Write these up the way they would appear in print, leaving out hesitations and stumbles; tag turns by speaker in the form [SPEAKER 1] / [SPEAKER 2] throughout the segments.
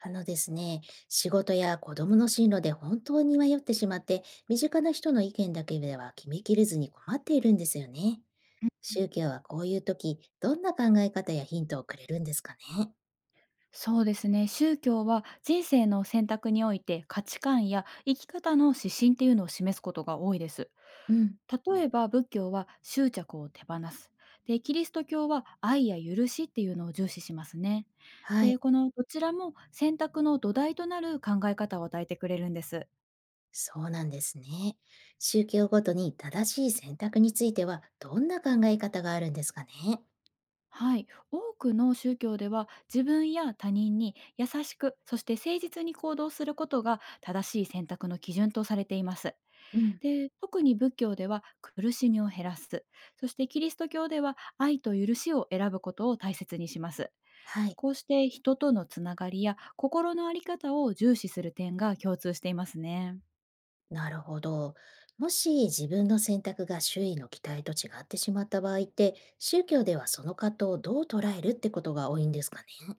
[SPEAKER 1] ですね、仕事や子供の進路で本当に迷ってしまって、身近な人の意見だけでは決めきれずに困っているんですよね。宗教はこういう時、どんな考え方やヒントをくれるんですかね。
[SPEAKER 2] そうですね。宗教は人生の選択において価値観や生き方の指針っていうのを示すことが多いです。
[SPEAKER 1] うん、
[SPEAKER 2] 例えば仏教は執着を手放す。で、キリスト教は愛や許しっていうのを重視しますね。
[SPEAKER 1] は
[SPEAKER 2] で、
[SPEAKER 1] い、
[SPEAKER 2] このどちらも選択の土台となる考え方を与えてくれるんです。
[SPEAKER 1] そうなんですね。宗教ごとに正しい選択については、どんな考え方があるんですかね。
[SPEAKER 2] はい、多くの宗教では自分や他人に優しく、そして誠実に行動することが正しい選択の基準とされています。
[SPEAKER 1] うん、
[SPEAKER 2] で、特に仏教では苦しみを減らす、そしてキリスト教では愛と許しを選ぶことを大切にします。
[SPEAKER 1] はい。
[SPEAKER 2] こうして人とのつながりや心のあり方を重視する点が共通していますね。
[SPEAKER 1] なるほど。もし自分の選択が周囲の期待と違ってしまった場合って、宗教ではその葛藤をどう捉えるってことが多いんですかね。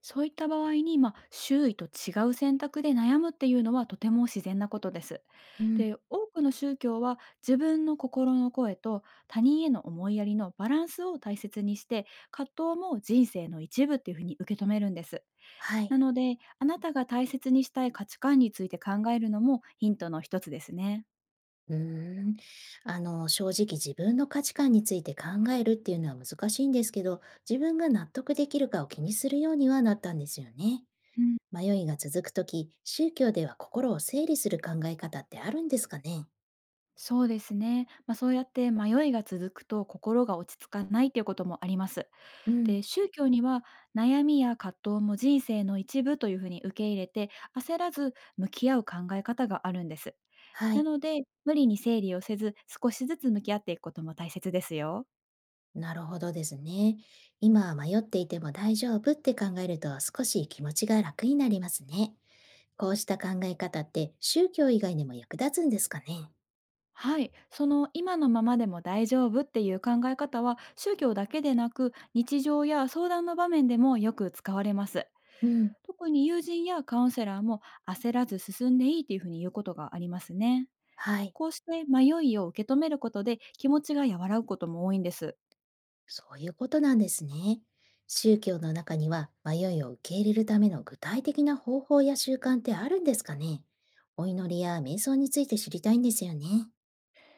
[SPEAKER 2] そういった場合に、まあ、周囲と違う選択で悩むっていうのはとても自然なことです。
[SPEAKER 1] うん、
[SPEAKER 2] で、多くの宗教は自分の心の声と他人への思いやりのバランスを大切にして、葛藤も人生の一部っていうふうに受け止めるんです。
[SPEAKER 1] はい。
[SPEAKER 2] なので、あなたが大切にしたい価値観について考えるのもヒントの一つですね。
[SPEAKER 1] うーん。正直自分の価値観について考えるっていうのは難しいんですけど、自分が納得できるかを気にするようにはなったんですよね。
[SPEAKER 2] うん、
[SPEAKER 1] 迷いが続くとき、宗教では心を整理する考え方ってあるんですかね。
[SPEAKER 2] そうですね。まあ、そうやって迷いが続くと心が落ち着かないということもあります。
[SPEAKER 1] うん、
[SPEAKER 2] で、宗教には悩みや葛藤も人生の一部というふうに受け入れて、焦らず向き合う考え方があるんです。
[SPEAKER 1] は
[SPEAKER 2] な
[SPEAKER 1] い。
[SPEAKER 2] ので、無理に整理をせず、少しずつ向き合っていくことも大切ですよ。
[SPEAKER 1] なるほどですね。今は迷っていても大丈夫って考えると少し気持ちが楽になりますね。こうした考え方って宗教以外にも役立つんですかね。
[SPEAKER 2] はい、その今のままでも大丈夫っていう考え方は宗教だけでなく日常や相談の場面でもよく使われます。
[SPEAKER 1] うん。
[SPEAKER 2] 特に友人やカウンセラーも焦らず進んでいいっていうふうに言うことがありますね。
[SPEAKER 1] はい。
[SPEAKER 2] こうして迷いを受け止めることで気持ちが和らぐことも多いんです。
[SPEAKER 1] そういうことなんですね。宗教の中には迷いを受け入れるための具体的な方法や習慣ってあるんですかね。お祈りや瞑想について知りたいんですよね。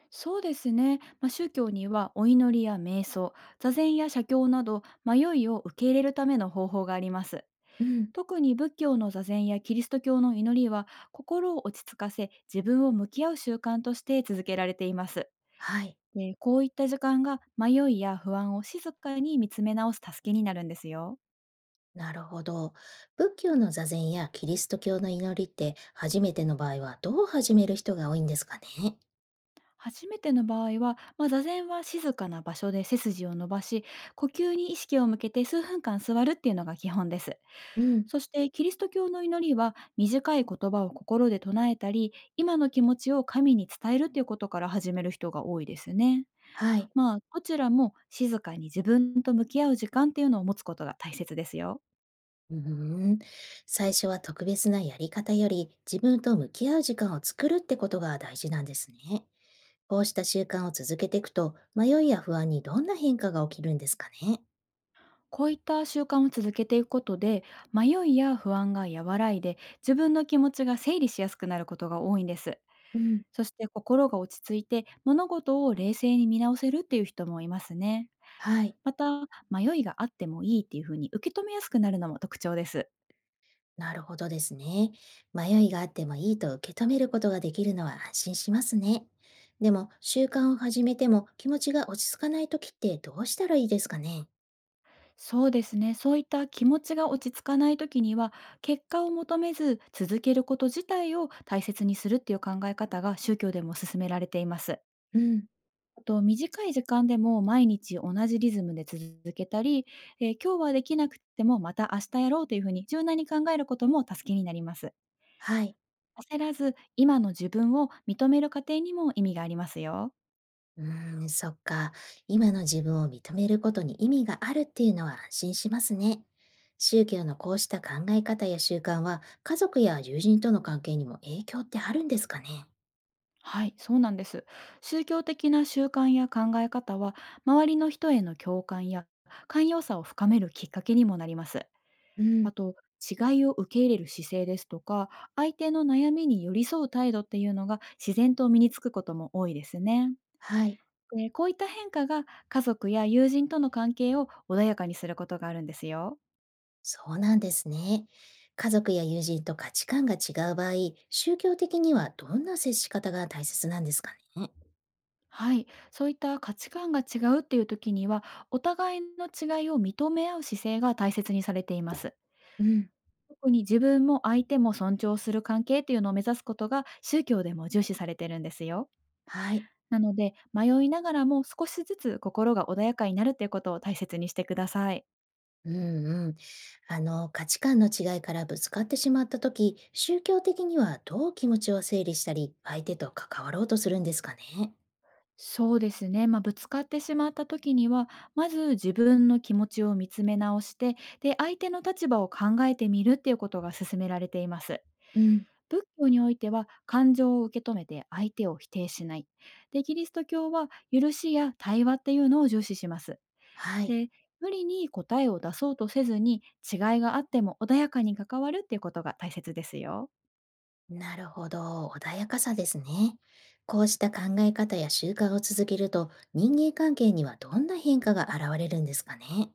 [SPEAKER 2] そうですね、まあ、宗教にはお祈りや瞑想、座禅や写経など迷いを受け入れるための方法があります。
[SPEAKER 1] うん。
[SPEAKER 2] 特に仏教の座禅やキリスト教の祈りは心を落ち着かせ、自分を向き合う習慣として続けられています。
[SPEAKER 1] はい。
[SPEAKER 2] で、こういった時間が迷いや不安を静かに見つめ直す助けになるんですよ。
[SPEAKER 1] なるほど。仏教の座禅やキリスト教の祈りって初めての場合はどう始める人が多いんですかね。
[SPEAKER 2] 初めての場合は、まあ、座禅は静かな場所で背筋を伸ばし、呼吸に意識を向けて数分間座るっていうのが基本です。
[SPEAKER 1] うん、
[SPEAKER 2] そしてキリスト教の祈りは短い言葉を心で唱えたり、今の気持ちを神に伝えるっていうことから始める人が多いですね。
[SPEAKER 1] はい。
[SPEAKER 2] まあ、どちらも静かに自分と向き合う時間っていうのを持つことが大切ですよ。
[SPEAKER 1] うーん。最初は特別なやり方より自分と向き合う時間を作るってことが大事なんですね。こうした習慣を続けていくと迷いや不安にどんな変化が起きるんですかね。
[SPEAKER 2] こういった習慣を続けていくことで、迷いや不安が和らいで、自分の気持ちが整理しやすくなることが多いんです。
[SPEAKER 1] うん、
[SPEAKER 2] そして心が落ち着いて、物事を冷静に見直せるっていう人もいますね。
[SPEAKER 1] はい。
[SPEAKER 2] また、迷いがあってもいいっていうふうに受け止めやすくなるのも特徴です。
[SPEAKER 1] なるほどですね。迷いがあってもいいと受け止めることができるのは安心しますね。でも、習慣を始めても気持ちが落ち着かないときってどうしたらいいですかね。
[SPEAKER 2] そうですね。そういった気持ちが落ち着かない時には、結果を求めず続けること自体を大切にするっていう考え方が宗教でも勧められています。
[SPEAKER 1] うん、
[SPEAKER 2] あと、短い時間でも毎日同じリズムで続けたり、今日はできなくても、また明日やろうというふうに柔軟に考えることも助けになります。
[SPEAKER 1] はい。
[SPEAKER 2] 焦らず、今の自分を認める過程にも意味がありますよ。
[SPEAKER 1] うーん、そっか。今の自分を認めることに意味があるっていうのは安心しますね。宗教のこうした考え方や習慣は家族や友人との関係にも影響ってあるんですかね。
[SPEAKER 2] はい、そうなんです。宗教的な習慣や考え方は、周りの人への共感や寛容さを深めるきっかけにもなります。
[SPEAKER 1] うん、
[SPEAKER 2] あと、違いを受け入れる姿勢ですとか、相手の悩みに寄り添う態度っていうのが自然と身につくことも多いですね。
[SPEAKER 1] はい。
[SPEAKER 2] で、こういった変化が家族や友人との関係を穏やかにすることがあるんですよ。
[SPEAKER 1] そうなんですね。家族や友人と価値観が違う場合、宗教的にはどんな接し方が大切なんですかね。
[SPEAKER 2] はい、そういった価値観が違うっていう時には、お互いの違いを認め合う姿勢が大切にされています。
[SPEAKER 1] うん。
[SPEAKER 2] 特に自分も相手も尊重する関係っていうのを目指すことが宗教でも重視されてるんですよ。
[SPEAKER 1] はい。
[SPEAKER 2] なので、迷いながらも少しずつ心が穏やかになるっていうことを大切にしてください。
[SPEAKER 1] うんうん。価値観の違いからぶつかってしまった時宗教的にはどう気持ちを整理したり、相手と関わろうとするんですかね。
[SPEAKER 2] そうですね。まあ、ぶつかってしまった時には、まず自分の気持ちを見つめ直して、で、相手の立場を考えてみるっていうことが勧められています。
[SPEAKER 1] うん。
[SPEAKER 2] 仏教においては感情を受け止めて相手を否定しない。で、キリスト教は許しや対話っていうのを重視します。
[SPEAKER 1] はい。
[SPEAKER 2] で、無理に答えを出そうとせずに、違いがあっても穏やかに関わるっていうことが大切ですよ。
[SPEAKER 1] なるほど。穏やかさですね。こうした考え方や習慣を続けると、人間関係にはどんな変化が現れるんですかね。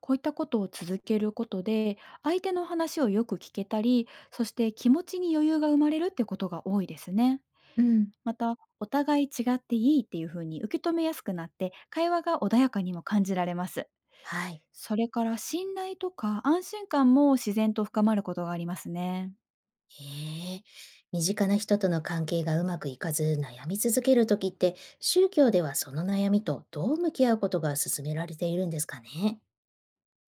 [SPEAKER 2] こういったことを続けることで、相手の話をよく聞けたり、そして気持ちに余裕が生まれるってことが多いですね。
[SPEAKER 1] うん。
[SPEAKER 2] また、お互い違っていいっていうふうに受け止めやすくなって、会話が穏やかにも感じられます。
[SPEAKER 1] はい。
[SPEAKER 2] それから信頼とか安心感も自然と深まることがありますね。
[SPEAKER 1] へえ、身近な人との関係がうまくいかず悩み続けるときって、宗教ではその悩みとどう向き合うことが勧められているんですかね。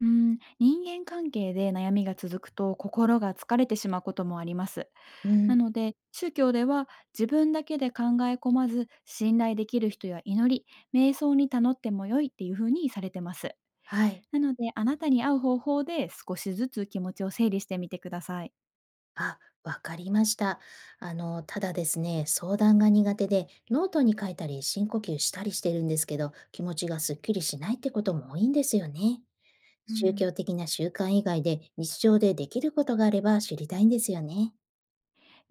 [SPEAKER 2] うん、人間関係で悩みが続くと心が疲れてしまうこともあります。
[SPEAKER 1] うん、
[SPEAKER 2] なので、宗教では自分だけで考え込まず、信頼できる人や祈り、瞑想に頼っても良いっていう風にされてます。
[SPEAKER 1] はい。
[SPEAKER 2] なので、あなたに合う方法で少しずつ気持ちを整理してみてください。
[SPEAKER 1] あ、わかりました。ただですね、相談が苦手で、ノートに書いたり深呼吸したりしてるんですけど、気持ちがすっきりしないってことも多いんですよね。
[SPEAKER 2] う
[SPEAKER 1] 宗
[SPEAKER 2] ん。
[SPEAKER 1] 教的な習慣以外で日常でできることがあれば知りたいんですよね。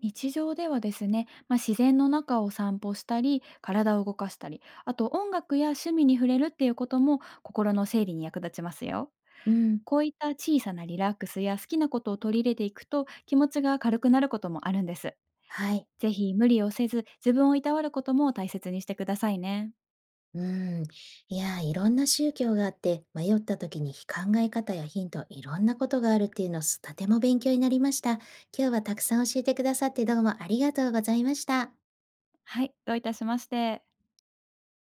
[SPEAKER 2] 日常ではですね、まあ、自然の中を散歩したり、体を動かしたり、あと音楽や趣味に触れるっていうことも心の整理に役立ちますよ。
[SPEAKER 1] うん、
[SPEAKER 2] こういった小さなリラックスや好きなことを取り入れていくと、気持ちが軽くなることもあるんです。
[SPEAKER 1] はい。
[SPEAKER 2] ぜひ無理をせず、自分をいたわることも大切にしてくださいね。
[SPEAKER 1] うん。いやー、いろんな宗教があって、迷った時に考え方やヒント、いろんなことがあるっていうの、すとても勉強になりました。今日はたくさん教えてくださってどうもありがとうございました。
[SPEAKER 2] はい、どういたしまして。